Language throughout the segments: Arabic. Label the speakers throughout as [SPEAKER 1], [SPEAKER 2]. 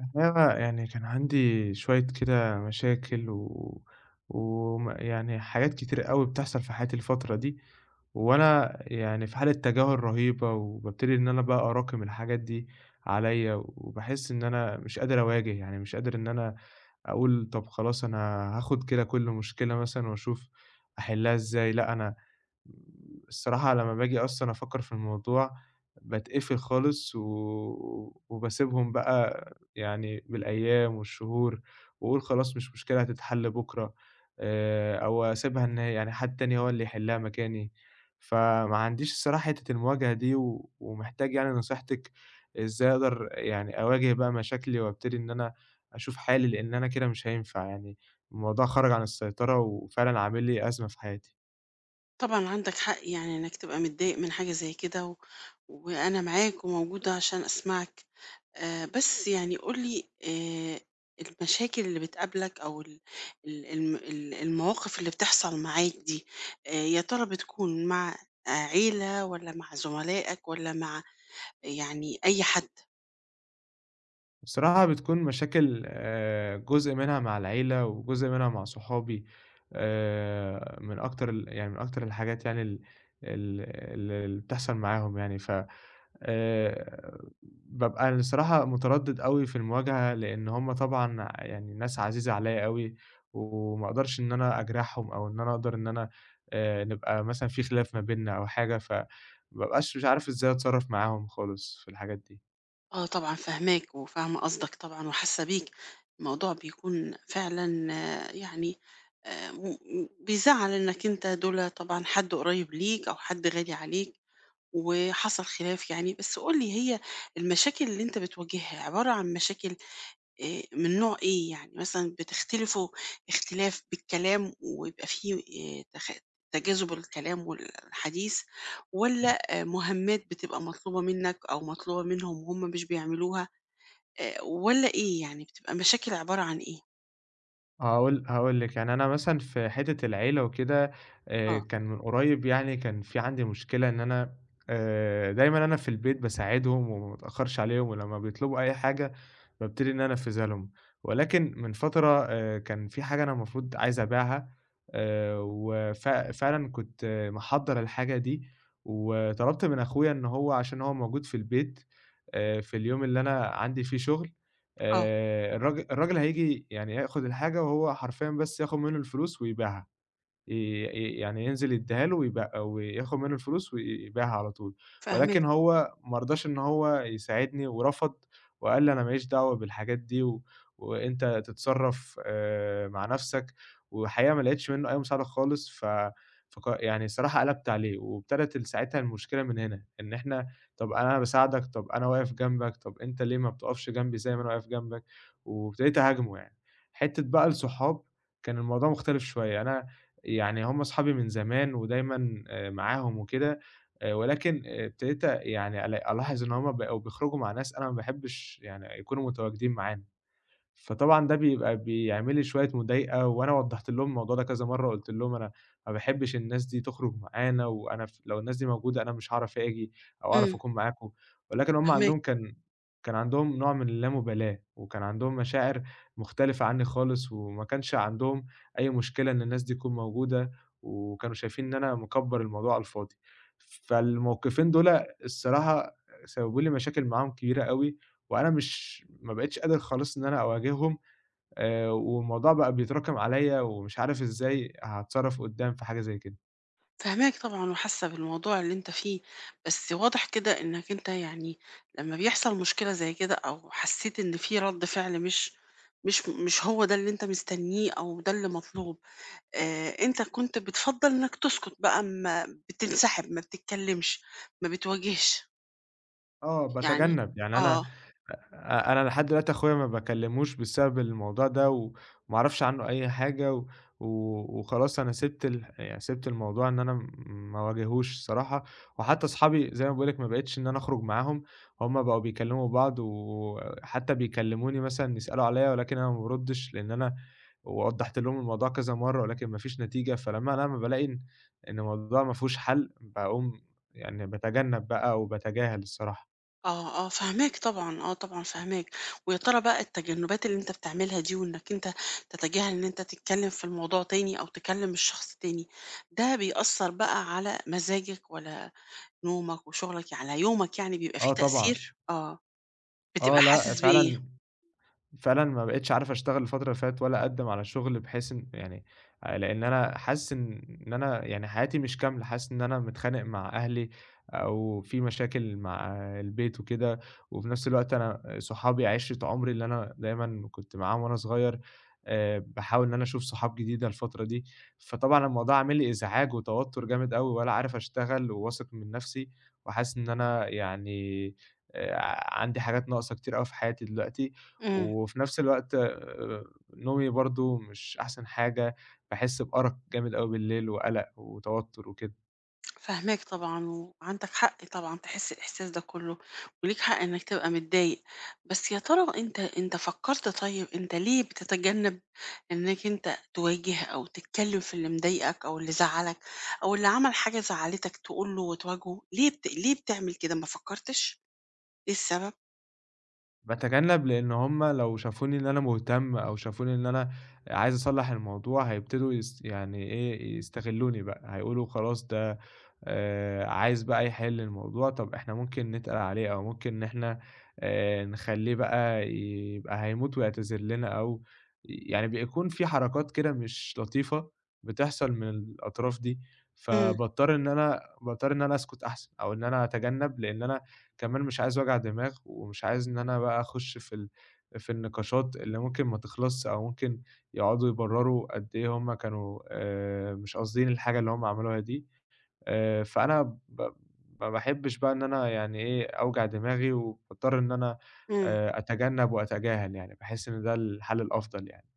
[SPEAKER 1] الحقيقة يعني كان عندي شوية كده مشاكل و وم يعني حاجات كتير أوي بتحصل في حياتي الفترة دي، وأنا يعني في حالة تجاهل رهيبة، وبابتدي إن أنا بقى أراكم الحاجات دي عليَّ، وباحس إن أنا مش قادر أواجه، يعني مش قادر إن أنا أقول طب خلاص أنا هاخد كده كل مشكلة مثلًا وأشوف أحلها إزاي، لأ أنا الصراحة لمّا باجي أصلًا أفكّر في الموضوع باتقفل خالص و وباسيبهم بقى يعني بالأيام والشهور، وأقول خلاص مش مشكلة هتتحل بُكرة، أو أسيبها إن يعني حد تاني هو اللي يحلّها مكاني. فما عنديش الصراحة حتّة المواجهة دي و ومحتاج يعني نصيحتِك إزاي أقدر يعني أواجه بقى مشاكلي وأبتدي إن أنا أشوف حالي، لإن أنا كده مش هينفع يعني الموضوع خرج عن السيطرة وفعلًا عامل لي أزمة في حياتي.
[SPEAKER 2] طبعًا عندك حق يعني إنك تبقى متضايق من حاجة زي كده، و وأنا معاك وموجودة عشان أسمعك. بس يعني قُل لي المشاكل اللي بتقابلك أو ال ال الم ال المواقف اللي بتحصل معاك دي، يا ترى بتكون مع آه، عيلة والّا مع زملائك والّا مع يعني أي حد؟
[SPEAKER 1] بصراحة بتكون مشاكل جزء منها مع العيلة، وجزء منها مع صحابي، من أكتر الحاجات يعني ال ال ال اللي بتحصل معاهم يعني، ف آآ بابقى أنا الصراحة متردد أوي في المواجهة، لإن هُم طبعًا يعني ناس عزيزة عليَّ أوي، وما أقدرش إن أنا أجرحهم، أو إن أنا أقدر إن أنا نبقى مثلًا في خلاف ما بيننا أو حاجة، بابقاش مش عارف إزاي أتصرف معاهم خالص في الحاجات دي.
[SPEAKER 2] آه طبعًا فاهماك، وفاهمة قصدك طبعًا وحاسة بيك. الموضوع بيكون فعلًا آه، يعني م م بيزعّل إنك أنت دول طبعًا حد قريب ليك أو حد غالي عليك، وحصل خلاف يعني. بس قُل لي هي المشاكل اللي أنت بتواجهها عبارة عن مشاكل من نوع إيه؟ يعني مثلًا بتختلفوا اختلاف بالكلام ويبقى في تخ تجاذب الكلام والحديث، والّا مهمات بتبقى مطلوبة منك أو مطلوبة منهم وهُم مش بيعملوها؟ والّا إيه، يعني بتبقى مشاكل عبارة عن إيه؟
[SPEAKER 1] هاقول لِك، يعني أنا مثلًا في حتّة العيلة وكده،
[SPEAKER 2] آه،
[SPEAKER 1] كان من قريب يعني كان في عندي مشكلة إن أنا، دايمًا أنا في البيت باساعدهم وما باتأخرش عليهم، ولمّا بيطلبوا أي حاجة بابتدي إن أنا أنفذها لهم، ولكن من فترة كان في حاجة أنا المفروض عايز أبيعها، وف فعلًا كنت آه، محضّر الحاجة دي، وطلبت من أخويا إن هو عشان هو موجود في البيت، في اليوم اللي أنا عندي فيه شغل
[SPEAKER 2] آه،
[SPEAKER 1] الراجل هييجي يعني هياخد الحاجة وهو حرفيًا بس ياخد منه الفلوس ويبيعها. ي ي يعني ينزل يدّيها له ويبيع وياخد منّه الفلوس ويبيعها على طول،
[SPEAKER 2] فاهماك.
[SPEAKER 1] ولكن هو ما رضاش إن هو يساعدني ورفض وقال لي: "أنا ما ليش دعوة بالحاجات دي وأنت تتصرّف مع نَفْسك." والحقيقة ما لقيتش منّه أي مساعدة خالص ف فق يعني الصراحة قلبت عليه وابتدت ال ساعتها المشكلة من هنا، إن إحنا طَب أنا باساعدك، طَب أنا واقف جنبك، طَب أنت ليه ما بتقفش جنبي زي ما أنا واقف جنبك؟ وابتديت أهاجمه يعني. حتّة بقى الصحاب كان الموضوع مختلف شوية، أنا يعني هم أصحابي من زمان ودايمًا معاهم وكده، ولكن آه، ابتديت يعني ألاحظ إن هم بقوا بيخرجوا مع ناس أنا ما باحبش يعني يكونوا متواجدين معانا. فطبعًا ده بيبقى بيعمل لي شوية مضايقة، وأنا وضّحت لهم الموضوع ده كذا مرّة، قُلت لهم: "أنا ما باحبش الناس دي تخرج معانا، وأنا لو الناس دي موجودة أنا مش هاعرف آجي أو أعرف
[SPEAKER 2] إمم.
[SPEAKER 1] أكون معاكم." ولكن هم
[SPEAKER 2] فاهماك.
[SPEAKER 1] عندهم كان عندهم نوع من اللامبالاة، وكان عندهم مشاعر مختلفة عني خالص، وما كانش عندهم أي مشكلة إن الناس دي تكون موجودة، وكانوا شايفين إن أنا مكبّر الموضوع على الفاضي. فالموقفين دول الصراحة سببوا لي مشاكل معاهم كبيرة أوي، وأنا مش ما بقيتش قادر خالص إن أنا أواجههم، والموضوع بقى بيتراكم عليّا ومش عارف إزاي هاتصرّف قُدّام في حاجة زي كده.
[SPEAKER 2] فاهماك طبعًا وحاسة بالموضوع اللي أنت فيه، بس واضح كده إنك أنت يعني لمّا بيحصل مشكلة زي كده أو حسيت إن في رَد فعل مش هو ده اللي أنت مستنيه أو ده اللي مطلوب. أنت كنت بتفضّل إنك تسكت بقى ما بتنسحب، ما بتتكلمش، ما بتواجهش،
[SPEAKER 1] آه،
[SPEAKER 2] يعني
[SPEAKER 1] باتجنّب، يعني أنا
[SPEAKER 2] آه.
[SPEAKER 1] أنا لحد دلوقتي أخويا ما باكلّموش بسبب الموضوع ده، وما أعرفش عنّه أي حاجة و و وخلاص أنا سِبت الح يعني سِبت الموضوع إن أنا ما اواجهوش الصراحة، وحتى أصحابي زي ما باقول لك ما بقيتش إن أنا أخرُج معاهم، هم بقوا بيكلّموا بعض وحتى بيكلّموني مثلًا يسألوا عليّا ولكن أنا ما بارُدّش لإن أنا وضّحت لهم الموضوع كذا مرّة ولكن ما فيش نتيجة، فلمّا أنا لمّا بالاقي إن الموضوع ما فيهوش حَل باقوم يعني باتجنّب بقى وباتجاهل الصراحة.
[SPEAKER 2] آه، آه، فاهماك طبعًا، آه طبعًا فاهماك. ويا ترى بقى التجنُّبات اللي أنت بتعملها دي وإنك أنت تتجاهل إن أنت تتكلّم في الموضوع تاني أو تكلّم الشخص تاني، ده بيأثّر بقى على مزاجك والّا نومك وشغلك، يعني على يومك يعني بيبقى
[SPEAKER 1] آه
[SPEAKER 2] في
[SPEAKER 1] طبعًا،
[SPEAKER 2] تأثير؟ آه، بتبقى
[SPEAKER 1] آه لأ
[SPEAKER 2] حاسس بإيه؟
[SPEAKER 1] فعلًا ما بقيتش عارف أشتغل الفترة اللي فاتت ولا أقدّم على شغل بحيث إن يعني، لإن أنا حاسس إن أنا يعني حياتي مش كاملة، حاسس إن أنا متخانق مع أهلي أو في مشاكل مع البيت وكده، وفي نفس الوقت أنا صحابي عِشرة عمري اللي أنا دايمًا كنت معاهم وأنا صغير، باحاول إن أنا أشوف صحاب جديدة الفترة دي، فطبعًا الموضوع عامل لي إزعاج وتوتر جامد أوي، ولا عارف أشتغل وواثق من نفسي، وحاسس إن أنا يعني، عندي حاجات ناقصة كتير أوي في حياتي دلوقتي،
[SPEAKER 2] إمم.
[SPEAKER 1] وفي نفس الوقت نومي برضه مش أحسن حاجة، باحس بأرق جامد أوي بالليل وقلق وتوتر وكده.
[SPEAKER 2] فاهماك طبعًا، وعندك حق طبعًا تحس الإحساس ده كله، وليك حق إنك تبقى متضايق. بس يا ترى أنت فكرت طيب أنت ليه بتتجنب إنك أنت تواجه أو تتكلم في اللي مضايقك أو اللي زعّلك أو اللي عمل حاجة زعّلتك تقول له وتواجهه، ليه بتعمل كده ما فكرتش؟ إيه السبب؟
[SPEAKER 1] باتجنب لإن هُم لو شافوني إن أنا مهتم أو شافوني إن أنا عايز أصلّح الموضوع هيبتدوا يس يعني إيه، يستغلّوني بقى، هيقولوا خلاص ده، عايز بقى يحل الموضوع، طب إحنا ممكن نتقل عليه أو ممكن إن إحنا نخلّيه بقى يبقى هيموت ويعتذر لنا أو يعني بيكون في حركات كده مش لطيفة بتحصل من الأطراف دي،
[SPEAKER 2] إمم،
[SPEAKER 1] فباضطر إن أنا باضطر إن أنا أسكت أحسن أو إن أنا أتجنب لإن أنا كمان مش عايز وجع دماغ، ومش عايز إن أنا بقى أخُش في النقاشات اللي ممكن ما تخلصش، أو ممكن يقعدوا يبرّروا قد إيه هُم كانوا مش قاصدين الحاجة اللي هُم عملوها دي، فأنا ب ما باحبش بقى إن أنا يعني إيه، أوجع دماغي وباضطر إن أنا
[SPEAKER 2] إمم،
[SPEAKER 1] أتجنّب وأتجاهل يعني، باحس إن ده الحل الأفضل يعني.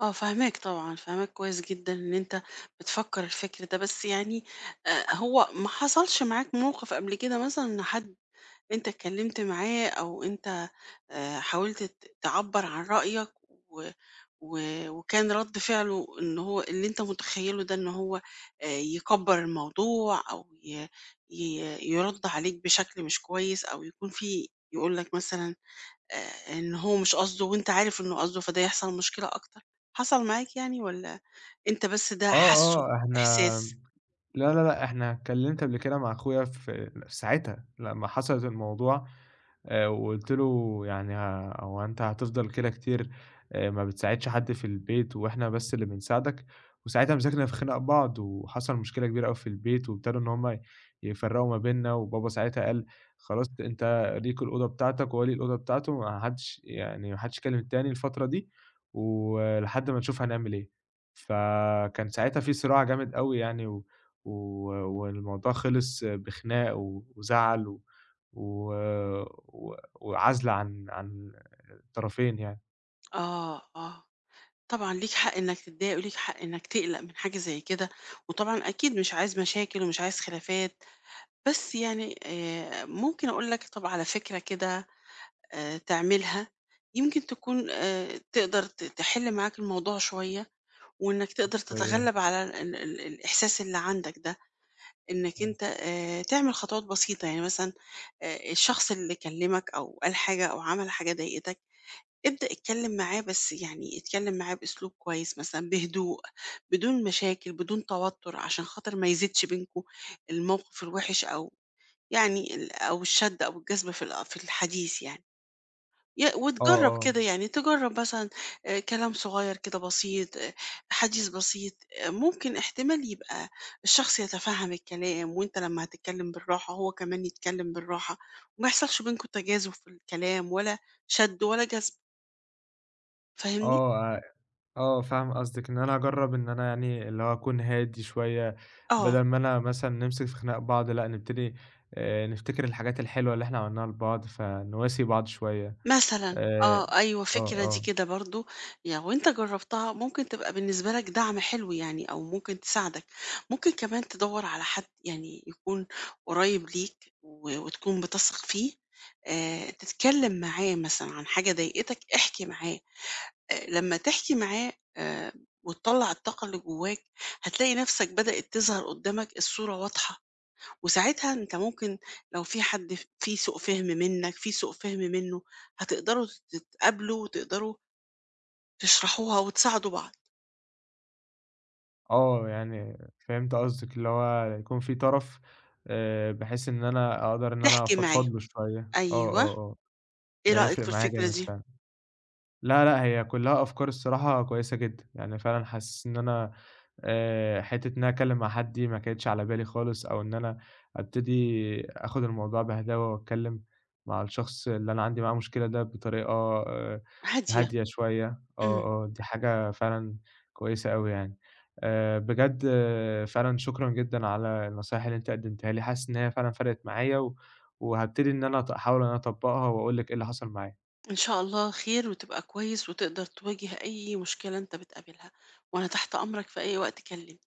[SPEAKER 2] آه فاهماك طبعًا، فاهماك كويس جدًا إن أنت بتفكر الفكر ده. بس يعني هو ما حصلش معاك موقف قبل كده مثلًا إن حد أنت اتكلمت معاه أو أنت آه، حاولت تعبر عن رأيك و... و... وكان رد فعله إن هو اللي أنت متخيله ده إن هو آه، يكبر الموضوع أو ي... يرد عليك بشكل مش كويس أو يكون في يقول لك مثلا آه، إن هو مش قصده وأنت عارف إنه قصده فده يحصل مشكلة أكتر. حصل معاك يعني ولا أنت بس ده
[SPEAKER 1] آه،
[SPEAKER 2] حاسه
[SPEAKER 1] آه، إحنا
[SPEAKER 2] إحساس؟
[SPEAKER 1] لا، لا، لأ، إحنا اتكلّمت قبل كده مع أخويا في ساعتها لمّا حصلت الموضوع، وقُلت له يعني هو أنت هتفضل كده كتير، ما بتساعدش حد في البيت وإحنا بس اللي بنساعدك، وساعتها مسكنا في خناق بعض وحصل مشكلة كبيرة أوي في البيت وابتدوا إن هم يفرّقوا ما بيننا، وبابا ساعتها قال: "خلاص أنت ليك الأوضة بتاعتك وهو ليه الأوضة بتاعته، ما حدش يكلم التاني الفترة دي ولحد ما نشوف هنعمل إيه." فكان ساعتها في صراع جامد أوي يعني و و والموضوع خلص بخناق وزعل و و و وعزلة عن الطرفين يعني.
[SPEAKER 2] آه، آه، طبعًا ليك حق إنك تتضايق وليك حق إنك تقلق من حاجة زي كده، وطبعًا أكيد مش عايز مشاكل ومش عايز خلافات. بس يعني ممكن أقول لك طب على فكرة كده تعملها، يمكن تكون تقدر تحل معاك الموضوع شوية، وإنك تقدر
[SPEAKER 1] زي
[SPEAKER 2] تتغلب
[SPEAKER 1] إيه؟
[SPEAKER 2] على ال ال ال الإحساس اللي عندك ده. إنك
[SPEAKER 1] أيوه.
[SPEAKER 2] أنت تعمل خطوات بسيطة، يعني مثلًا الشخص اللي كلمك أو قال حاجة أو عمل حاجة ضايقتك، ابدأ اتكلم معاه، بس يعني اتكلم معاه بأسلوب كويس مثلا بهدوء، بدون مشاكل بدون توتر عشان خاطر ما يزيدش بينكوا الموقف الوحش أو يعني ال- أو الشد أو الجذب في في الحديث يعني
[SPEAKER 1] آه،
[SPEAKER 2] وتجرب كده
[SPEAKER 1] آه.
[SPEAKER 2] يعني تجرب مثلا آه، كلام صغير كده بسيط، آه، حديث بسيط، آه، ممكن احتمال يبقى الشخص يتفهم الكلام وانت لما هتتكلم بالراحة هو كمان يتكلم بالراحة وما يحصلش بينكوا تجاذب في الكلام ولا شد ولا جذب. فاهمني؟
[SPEAKER 1] آه، آه، فاهم قصدِك، إن أنا أجرّب إن أنا يعني اللي هو أكون هادي شوية،
[SPEAKER 2] آه،
[SPEAKER 1] بدل ما أنا مثلًا نمسك في خناق بعض، لأ نبتدي نفتكر الحاجات الحلوة اللي إحنا عملناها لبعض، فنواسي بعض شوية.
[SPEAKER 2] مثلًا،
[SPEAKER 1] آآ
[SPEAKER 2] آه، أيوه
[SPEAKER 1] آه،
[SPEAKER 2] فكرة دي
[SPEAKER 1] آه.
[SPEAKER 2] كده برضه، يعني لو أنت جرّبتها ممكن تبقى بالنسبة لك دعم حلو يعني أو ممكن تساعدك. ممكن كمان تدوّر على حد يعني يكون قريب ليك وتكون بتثق فيه، تتكلم معاه مثلًا عن حاجة ضايقتك احكِ معاه، لمّا تحكي معاه وتطلّع الطاقة اللي جواك، هتلاقي نفسك بدأت تظهر قدّامك الصورة واضحة. وساعتها أنت ممكن لو في حد في سوء فهم منك في سوء فهم منه، هتقدروا تتقابلوا وتقدروا تشرحوها وتساعدوا بعض.
[SPEAKER 1] آه، يعني فهمت قصدِك، اللي هو يكون في طرف بحيث إن أنا أقدر إن أنا
[SPEAKER 2] تحكي معاه.
[SPEAKER 1] أفضفض له شوية. آه، آه،
[SPEAKER 2] أيوه.
[SPEAKER 1] آه.
[SPEAKER 2] إيه
[SPEAKER 1] ده
[SPEAKER 2] رأيك
[SPEAKER 1] هيفرق
[SPEAKER 2] في
[SPEAKER 1] معايا
[SPEAKER 2] الفكرة
[SPEAKER 1] جامد
[SPEAKER 2] دي؟
[SPEAKER 1] فعلًا. لا، لأ، هي كلّها أفكار الصراحة كويسة جدًا، يعني فعلًا حاسس إن أنا، حتّة إن أنا أتكلّم مع حد دي ما كانتش على بالي خالص، أو إن أنا أبتدي آخُد الموضوع بهداوة وأتكلّم مع الشخص اللي أنا عندي معاه مشكلة ده بطريقة، آآ،
[SPEAKER 2] هادية.
[SPEAKER 1] هادية شوية،
[SPEAKER 2] امم.
[SPEAKER 1] آه، آه، دي حاجة فعلًا كويسة أوي يعني. بجد آه، فعلًا شكرًا جدًا على النصايح اللي أنت قدّمتها لي، حاسس إن هي فعلًا فرقِت معايا، وهابتدي إن أنا أحاول إن أنا أطبّقها وأقول لك إيه اللي حصل معايا.
[SPEAKER 2] إن شاء الله خير وتبقى كويس وتقدر تواجه أي مشكلة أنت بتقابلها، وأنا تحت أمرك في أي وقت، كلمني.